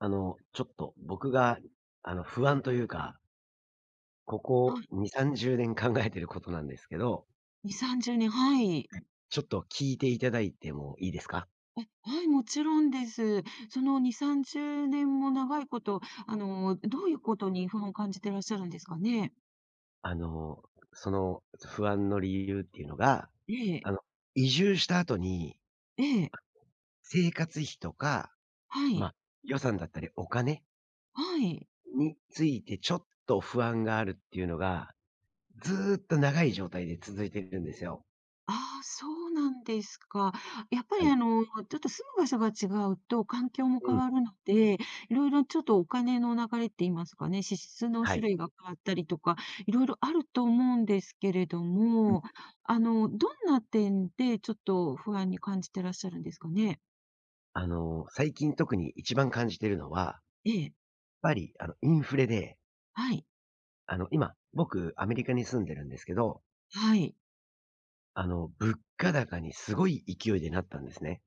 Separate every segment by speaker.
Speaker 1: ちょっと僕が、不安というか、こ
Speaker 2: は
Speaker 1: こ
Speaker 2: い、
Speaker 1: 2、30年考えてることなんですけど、
Speaker 2: 2、30年、はい。
Speaker 1: ちょっと聞いていただいてもいいですか？
Speaker 2: はい、もちろんです。その2、30年も長いこと、どういうことに不安を感じてらっしゃるんですかね？
Speaker 1: あの、その不安の理由っていうのが、
Speaker 2: ええ、
Speaker 1: あの、移住した後に
Speaker 2: ええ、
Speaker 1: 生活費とか、
Speaker 2: は
Speaker 1: ま、
Speaker 2: い、
Speaker 1: 予算だったりお金
Speaker 2: はい。
Speaker 1: についてちょっと不安があるっていうのが、ずっと長い状態で続いてるんですよ。
Speaker 2: ああ、そうなんですか。やっぱ
Speaker 1: は
Speaker 2: り
Speaker 1: い。
Speaker 2: ちょっと住む場所が違うと環境も
Speaker 1: う
Speaker 2: 変
Speaker 1: ん。
Speaker 2: わるので、いろいろちょっとお金の流れって言いますかね、支出の
Speaker 1: は
Speaker 2: 種
Speaker 1: い。
Speaker 2: 類が変わったりとか、いろいろあると思うんですけれど
Speaker 1: うん。
Speaker 2: も、どんな点でちょっと不安に感じてらっしゃるんですかね？
Speaker 1: 最近特に一番感じてるのは
Speaker 2: ええ、
Speaker 1: ぱり、インフレで、
Speaker 2: はい、
Speaker 1: 今、僕、アメリカに住んでるんですけど、
Speaker 2: はい。
Speaker 1: 物価高にすごい勢いでなったんですね。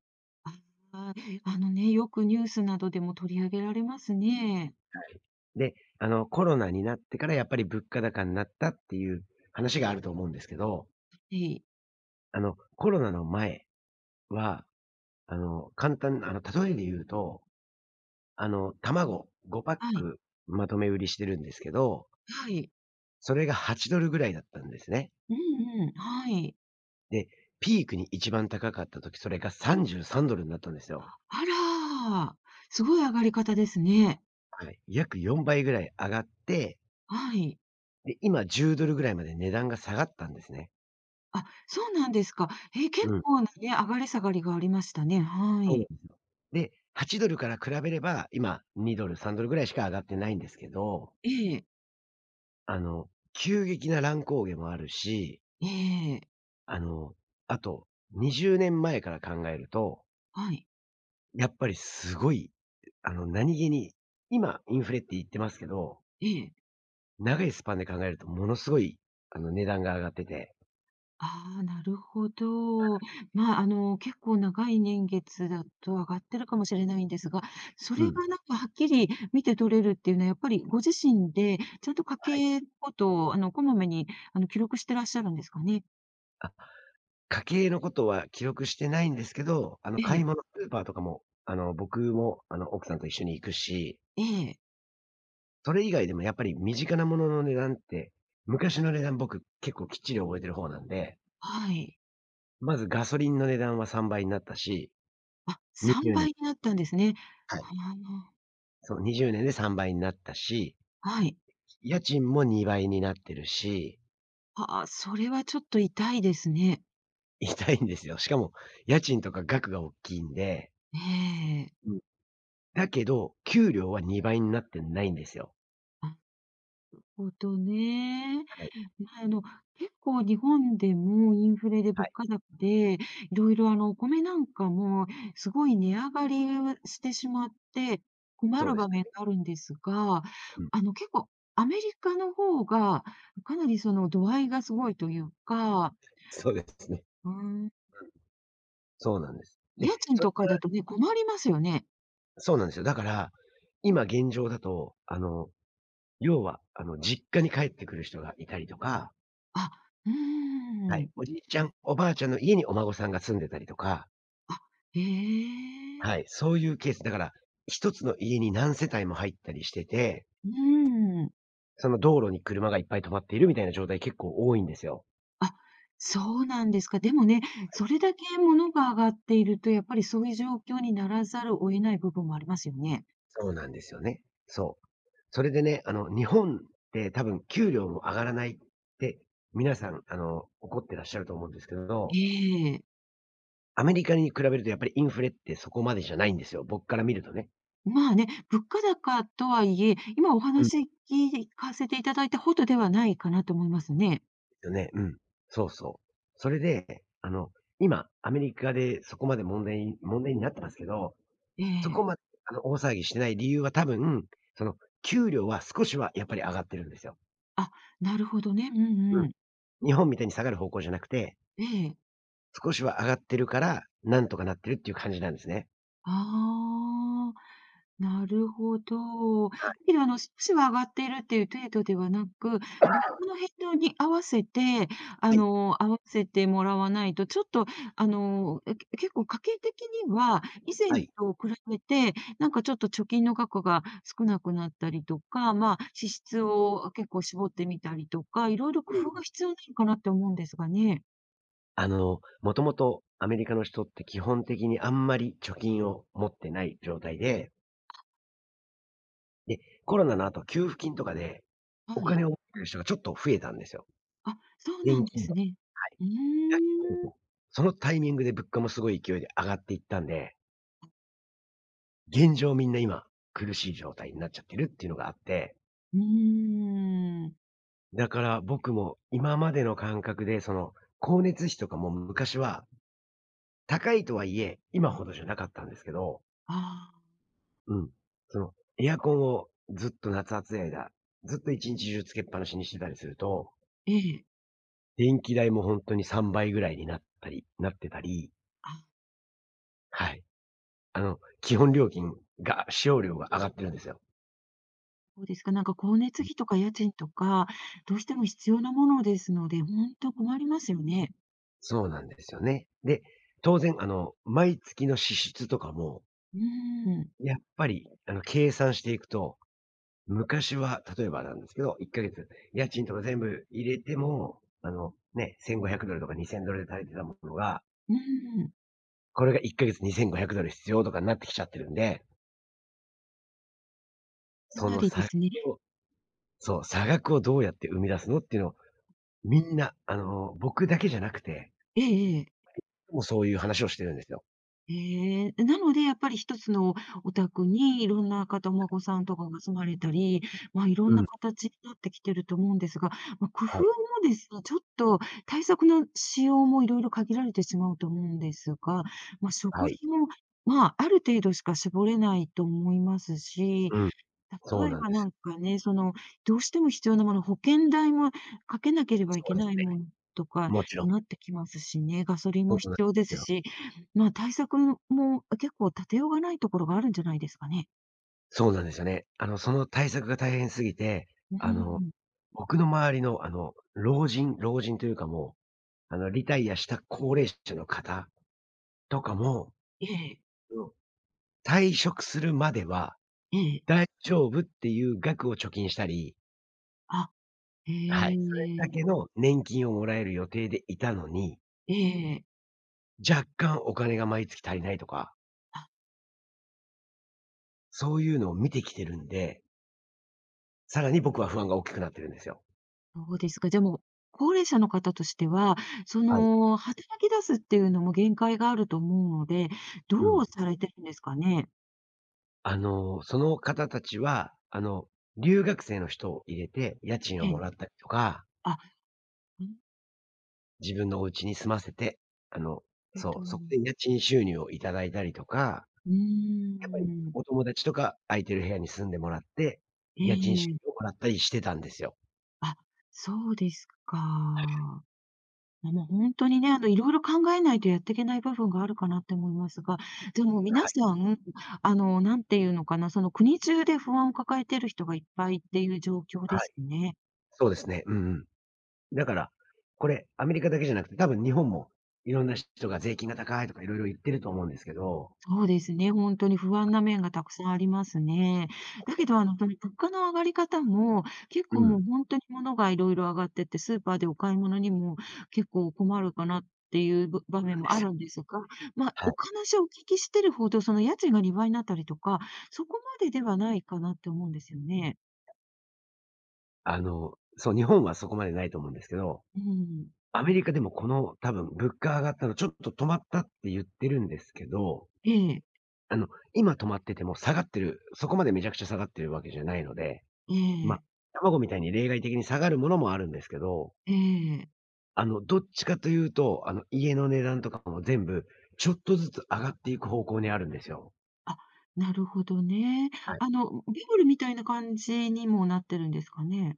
Speaker 2: ああ、あのね、よくニュースなどでも取り上げられますね。
Speaker 1: はい。で、コロナになってからやっぱり物価高になったっていう話があると思うんですけど、
Speaker 2: ええ、
Speaker 1: コロナの前は、簡単例えで言うと、卵5
Speaker 2: は
Speaker 1: パ
Speaker 2: い、
Speaker 1: ックまとめ売りしてるんですけど、
Speaker 2: はい。
Speaker 1: それが $8 ぐらいだったんですね。
Speaker 2: うんうん、はい。
Speaker 1: で、ピークに一番高かった時、それが $33 になったんですよ。
Speaker 2: あら、すごい上がり方ですね。
Speaker 1: はい。約4倍ぐらい上がって、
Speaker 2: はい。
Speaker 1: で、今 $10 ぐらいまで値段が下がったんですね。
Speaker 2: あ、そうなんですか。え、結
Speaker 1: うん。
Speaker 2: 構なね、上がり下がりがありましたね。は
Speaker 1: そうなん
Speaker 2: い。
Speaker 1: ですよ。で、$8から比べれば、今 $2、$3 ぐらいしか上がってないんですけど、
Speaker 2: ええ、
Speaker 1: 急激な乱高下もあるし、
Speaker 2: ええ、
Speaker 1: あの、あと20年前から考えると、
Speaker 2: はい、
Speaker 1: やっぱりすごい、何気に、今インフレって言ってますけど、
Speaker 2: ええ。
Speaker 1: 長いスパンで考えるとものすごい、値段が上がってて。
Speaker 2: ああ、なるほど。まあ、結構長い年月だと上がってるかもしれないんですが、そ
Speaker 1: う
Speaker 2: れ
Speaker 1: ん。
Speaker 2: がなんかはっきり見て取れるっていうのは、やっぱりご自身でちゃんと家
Speaker 1: はい。
Speaker 2: 計のことを、こまめに、記録してらっしゃるんですかね？
Speaker 1: 家計のことは記録してないんですけど、
Speaker 2: え
Speaker 1: 買い
Speaker 2: え、
Speaker 1: 物スーパーとかも、僕も、奥さんと一緒に行くし、
Speaker 2: ええ、
Speaker 1: それ以外でもやっぱり身近なものの値段って、昔の値段僕結構きっちり覚えてる方なんで、
Speaker 2: はい。
Speaker 1: まずガソリンの値段は3倍になったし、
Speaker 2: あ、3
Speaker 1: 20
Speaker 2: 倍
Speaker 1: 年
Speaker 2: になったんですね。
Speaker 1: はい。
Speaker 2: はあ、
Speaker 1: そう、20年で3倍になったし、
Speaker 2: はい。
Speaker 1: 家賃も2倍になってるし、
Speaker 2: ああ、それはちょっと痛いですね。
Speaker 1: 痛いんですよ。しかも家賃とか額が大きいんで、
Speaker 2: ええ。
Speaker 1: うん。だけど、給料は2倍になってないんですよ。
Speaker 2: なるほどね。
Speaker 1: はい。
Speaker 2: まあ、結構日本でもインフレで
Speaker 1: は
Speaker 2: 物
Speaker 1: い、
Speaker 2: 価高で、いろいろお米なんかもすごい値上がりをしてしまって、困
Speaker 1: そう
Speaker 2: る
Speaker 1: で
Speaker 2: 場
Speaker 1: す
Speaker 2: 面
Speaker 1: よね。
Speaker 2: があるんですが、結構アメリカの方が、かなりその度合いがすごいというか、
Speaker 1: そうですね。
Speaker 2: うん、
Speaker 1: そうなんです。で、
Speaker 2: 家賃
Speaker 1: それ
Speaker 2: と
Speaker 1: で
Speaker 2: かだとね、困りますよね。
Speaker 1: そうなんですよ。だから、今現状だと、要は、実家に帰ってくる人がいたりとか、
Speaker 2: あ、う
Speaker 1: は
Speaker 2: ー
Speaker 1: い、
Speaker 2: ん。
Speaker 1: おじいちゃん、おばあちゃんの家にお孫さんが住んでたりとか、
Speaker 2: あ、へ
Speaker 1: は
Speaker 2: え。
Speaker 1: い、そういうケース、だから、一つの家に何世帯も入ったりしてて、
Speaker 2: うーん。
Speaker 1: その道路に車がいっぱい止まっているみたいな状態結構多いんですよ。
Speaker 2: あ、そうなんですか。でもね、それだけ物が上がっていると、やっぱりそういう状況にならざるを得ない部分もありますよね。
Speaker 1: そうなんですよね。そう。それでね、日本って多分給料も上がらないって、皆さん、怒ってらっしゃると思うんですけど、
Speaker 2: ええ。
Speaker 1: アメリカに比べるとやっぱりインフレってそこまでじゃないんですよ、僕から見るとね。
Speaker 2: まあね、物価高とはいえ、今お
Speaker 1: うん。で
Speaker 2: 話聞かせていただいたほどではないかなと思いますね。
Speaker 1: すよね、うん。そうそう。それで、今、アメリカでそこまで問題になってますけど、
Speaker 2: え
Speaker 1: そこ
Speaker 2: え。
Speaker 1: まで、大騒ぎしてない理由は多分、その、給料は少しはやっぱり上がってるんですよ。
Speaker 2: あ、なるほどね。う
Speaker 1: う
Speaker 2: ん
Speaker 1: ん。
Speaker 2: うん。
Speaker 1: 日本みたいに下がる方向じゃなくて、
Speaker 2: ええ。
Speaker 1: 少しは上がってるから、なんとかなってるっていう感じなんですね。
Speaker 2: ああ。なるほど。だ
Speaker 1: はい。
Speaker 2: けど、少しは上がっているっていう程度ではなく、物価の変動に合わせて、
Speaker 1: はい。
Speaker 2: 合わせてもらわないと、ちょっと、結構家計的には、以前
Speaker 1: はい。
Speaker 2: と比べて、なんかちょっと貯金の額が少なくなったりとか、まあ、支出を結構絞ってみたりとか、いろいろ工
Speaker 1: うん。
Speaker 2: 夫が必要なのかなって思うんですがね。
Speaker 1: もともとアメリカの人って基本的にあんまり貯金を持ってない状態で、コロナの後、給付金とかで、
Speaker 2: は
Speaker 1: お
Speaker 2: い。
Speaker 1: 金を持ってる人がちょっと増えたんですよ。
Speaker 2: あ、そうな
Speaker 1: 現
Speaker 2: んで
Speaker 1: 金を。
Speaker 2: すね。
Speaker 1: はい。
Speaker 2: う
Speaker 1: だけ
Speaker 2: ー
Speaker 1: ど、
Speaker 2: ん。
Speaker 1: そのタイミングで物価もすごい勢いで上がっていったんで、現状みんな今、苦しい状態になっちゃってるっていうのがあって、
Speaker 2: うーん。
Speaker 1: だから僕も今までの感覚で、その、光熱費とかも昔は、高いとはいえ、今ほどじゃなかったんですけど、
Speaker 2: ああ、
Speaker 1: うん。その、エアコンをずっと夏暑い間、ずっと一日中つけっぱなしにしてたりすると
Speaker 2: ええ。
Speaker 1: 電気代も本当に3倍ぐらいになったりなってたり、
Speaker 2: あ、
Speaker 1: はい。基本料金が使用料が上がってるんですよ。
Speaker 2: そうですか。なんか光熱費とか家賃とか、どうしても必要なものですので、本当困りますよね。
Speaker 1: そうなんですよね。で、当然毎月の支出とかも、
Speaker 2: うーん、
Speaker 1: やっぱり計算していくと、昔は例えばなんですけど、1ヶ月家賃とか全部入れても、ね、$1500 とか $2000 で足りてたものが、
Speaker 2: うーん、
Speaker 1: これが1ヶ月 $2500 必要とかになってきちゃってるんで、
Speaker 2: か
Speaker 1: そ
Speaker 2: な
Speaker 1: の
Speaker 2: りで
Speaker 1: 差
Speaker 2: すね。
Speaker 1: をそう、差額をどうやって生み出すのっていうのみんな、僕だけじゃなくて、
Speaker 2: ええええ。
Speaker 1: もうそういう話をしてるんですよ。
Speaker 2: ええ、なのでやっぱり一つのお宅にいろんな方、お孫さんとかが住まれたり、ま、いろ
Speaker 1: う
Speaker 2: んな
Speaker 1: ん。
Speaker 2: 形になってきてると思うんですが、まあ、工
Speaker 1: は
Speaker 2: 夫
Speaker 1: い。
Speaker 2: もですね、ちょっと対策の仕様もいろいろ限られてしまうと思うんですが、ま、食
Speaker 1: はい。
Speaker 2: 費も、まあ、ある程度しか絞れないと思いますし
Speaker 1: うん。そう
Speaker 2: 例え
Speaker 1: なん
Speaker 2: ば
Speaker 1: で
Speaker 2: な
Speaker 1: すよ。
Speaker 2: んかね、その、どうしても必要なもの、保険代もかけなければい
Speaker 1: そう
Speaker 2: け
Speaker 1: です
Speaker 2: ない
Speaker 1: ね。
Speaker 2: ものとか
Speaker 1: もちろん。
Speaker 2: になってきますしね、ガソリン
Speaker 1: そ
Speaker 2: も
Speaker 1: うなんで
Speaker 2: 必要で
Speaker 1: す
Speaker 2: す
Speaker 1: よ。
Speaker 2: し、まあ、対策も結構立てようがないところがあるんじゃないですかね。
Speaker 1: そうなんですよね。その対策が大変すぎて、
Speaker 2: う
Speaker 1: あの、
Speaker 2: ん。
Speaker 1: 僕の周りの、老人というかもう、リタイアした高齢者の方とかも、
Speaker 2: ええ、
Speaker 1: うん、退職するまでは
Speaker 2: ええ。
Speaker 1: 大丈夫っていう額を貯金したり、
Speaker 2: あ、
Speaker 1: は
Speaker 2: え
Speaker 1: い、それだけ
Speaker 2: え。
Speaker 1: の年金をもらえる予定でいたのに
Speaker 2: ええ。
Speaker 1: 若干お金が毎月足りないとか、
Speaker 2: あ、
Speaker 1: そういうのを見てきてるんで、さらに僕は不安が大きくなってるんですよ。
Speaker 2: そうですか。でも、高齢者の方としては、そ
Speaker 1: はい。
Speaker 2: の、働き出すっていうのも限界があると思うので、ど
Speaker 1: うん。
Speaker 2: うされてるんですかね？
Speaker 1: その方たちは、留学生の人を入れて、家賃
Speaker 2: え
Speaker 1: をも
Speaker 2: え。
Speaker 1: らったりとか、
Speaker 2: あ、うん、
Speaker 1: 自分のお家に住ませて、あの、
Speaker 2: ほ
Speaker 1: そう、そこ
Speaker 2: に。
Speaker 1: で家賃収入をいただいたりとか、
Speaker 2: う
Speaker 1: やっぱり
Speaker 2: ーん。
Speaker 1: お友達とか空いてる部屋に住んでもらって、家賃収
Speaker 2: え
Speaker 1: 入をも
Speaker 2: え、
Speaker 1: らったりしてたんですよ。
Speaker 2: あ、そうですか。ま、もうほんとにね、いろいろ考えないとやってけない部分があるかなって思いますが、でも
Speaker 1: は
Speaker 2: 皆
Speaker 1: い。
Speaker 2: さん、なんていうのかな、その国中で不安を抱えてる人がいっぱいっていう状況
Speaker 1: は
Speaker 2: で
Speaker 1: い。
Speaker 2: すね。
Speaker 1: そうですね。うんうん。だから、これ、アメリカだけじゃなくて、多分日本もいろんな人が税金が高いとかいろいろ言ってると思うんですけど。
Speaker 2: そうですね、本当に不安な面がたくさんありますね。
Speaker 1: ですよ
Speaker 2: だ
Speaker 1: ね。
Speaker 2: けど、その物価の上がり方も、結
Speaker 1: う
Speaker 2: 構
Speaker 1: ん。な
Speaker 2: もう
Speaker 1: ん
Speaker 2: 本当に物がいろいろ上がってって、スーパーでお買い物にも結構困るかなっていう場面
Speaker 1: で
Speaker 2: もあ
Speaker 1: す
Speaker 2: る
Speaker 1: よ。
Speaker 2: んですが、まあ、
Speaker 1: は
Speaker 2: お
Speaker 1: い。
Speaker 2: 話をお聞きしてるほど、その家賃が2倍になったりとか、そこまでではないかなって思うんですよね。
Speaker 1: そう、日本はそこまでないと思うんですけど、
Speaker 2: うん。
Speaker 1: アメリカでもこの多分物価上がったのちょっと止まったって言ってるんですけど、
Speaker 2: ええ、
Speaker 1: あの、今止まってても下がってる、そこまでめちゃくちゃ下がってるわけじゃないので、
Speaker 2: え
Speaker 1: ま、
Speaker 2: え、
Speaker 1: 卵みたいに例外的に下がるものもあるんですけど、
Speaker 2: ええ。
Speaker 1: どっちかというと、家の値段とかも全部、ちょっとずつ上がっていく方向にあるんですよ。
Speaker 2: あ、なるほどね。
Speaker 1: はい。
Speaker 2: バブルみたいな感じにもなってるんですかね？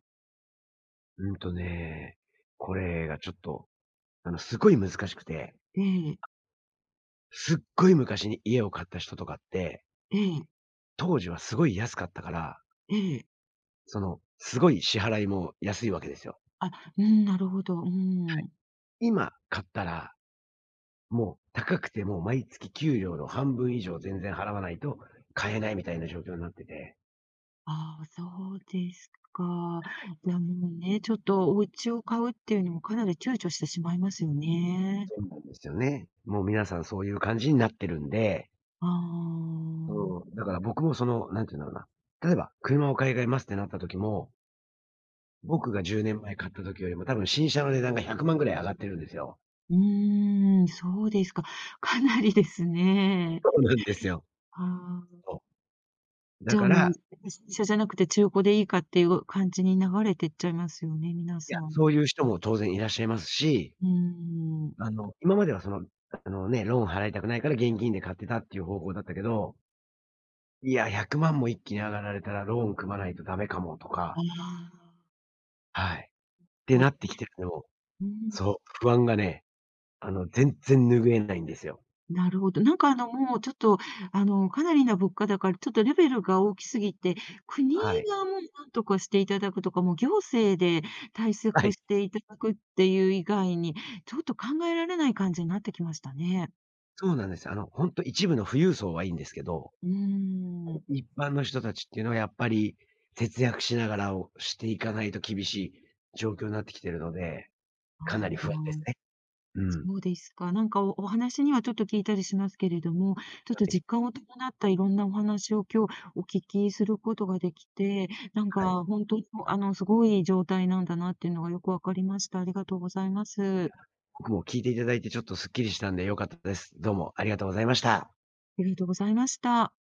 Speaker 1: うんとね、これがちょっと、すごい難しくて、
Speaker 2: ええ、
Speaker 1: すっごい昔に家を買った人とかって、
Speaker 2: ええ。
Speaker 1: 当時はすごい安かったから、
Speaker 2: ええ。
Speaker 1: その、すごい支払いも安いわけですよ。
Speaker 2: あ、うん、なるほど。うん。
Speaker 1: 今買ったら、もう高くても毎月給料の半分以上全然払わないと買えないみたいな状況になってて。
Speaker 2: ああ、そうですか。いや、もうね、ちょっとお家を買うっていうのもかなり躊躇してしまいますよね。
Speaker 1: そうなんですよね。もう皆さんそういう感じになってるんで、
Speaker 2: あ
Speaker 1: そ
Speaker 2: あ。
Speaker 1: う、だから僕もその、なんていうんだろうな、例えば車を買い替えますってなった時も、僕が10年前買った時よりも多分新車の値段が100万ぐらい上がってるんですよ。
Speaker 2: うーん、そうですか。かなりですね。
Speaker 1: そうなんですよ。
Speaker 2: ああ。
Speaker 1: そう。だ
Speaker 2: じゃ
Speaker 1: か
Speaker 2: あもう、
Speaker 1: ら、
Speaker 2: 新車じゃなくて中古でいいかっていう感じに流れてっちゃいますよね、皆
Speaker 1: いや、
Speaker 2: さん。
Speaker 1: そういう人も当然いらっしゃいますし、
Speaker 2: うーん。
Speaker 1: 今まではその、ローン払いたくないから現金で買ってたっていう方向だったけど、いや、100万も一気に上がられたらローン組まないとダメかもと
Speaker 2: あ
Speaker 1: か、
Speaker 2: あ、なる
Speaker 1: はい。って
Speaker 2: ほ
Speaker 1: な
Speaker 2: ど
Speaker 1: ってき
Speaker 2: ね。
Speaker 1: てるの、
Speaker 2: う
Speaker 1: そ
Speaker 2: ん。
Speaker 1: う、不安がね、全然拭えないんですよ。
Speaker 2: なるほど。なんかもうちょっと、かなりな物価だから、ちょっとレベルが大きすぎて、国
Speaker 1: はい。
Speaker 2: がもうなんとかしていただくとか、もう行政で対
Speaker 1: は
Speaker 2: 策
Speaker 1: い。
Speaker 2: していただくっていう以外に、ちょっと考えられない感じになってきましたね。
Speaker 1: そうなんです。ほんと一部の富裕層はいいんですけど、
Speaker 2: うーん。
Speaker 1: 一般の人たちっていうのはやっぱり節約しながらをしていかないと厳しい状況になってきてるので、
Speaker 2: あ
Speaker 1: かなり不安で
Speaker 2: あ。
Speaker 1: すね。うん。は
Speaker 2: そうですか。なんかお話にはちょっと聞いたりしますけれども、ちょっと
Speaker 1: い、
Speaker 2: 実感を伴ったいろんなお話を今日お聞きすることができて、なん
Speaker 1: はい。
Speaker 2: か本当にすごい状態なんだなっていうのがよくわかりました。ありがとうございます。
Speaker 1: 僕も聞いていただいてちょっとすっきりしたんで良かったです。どうもありがとうございました。
Speaker 2: ありがとうございました。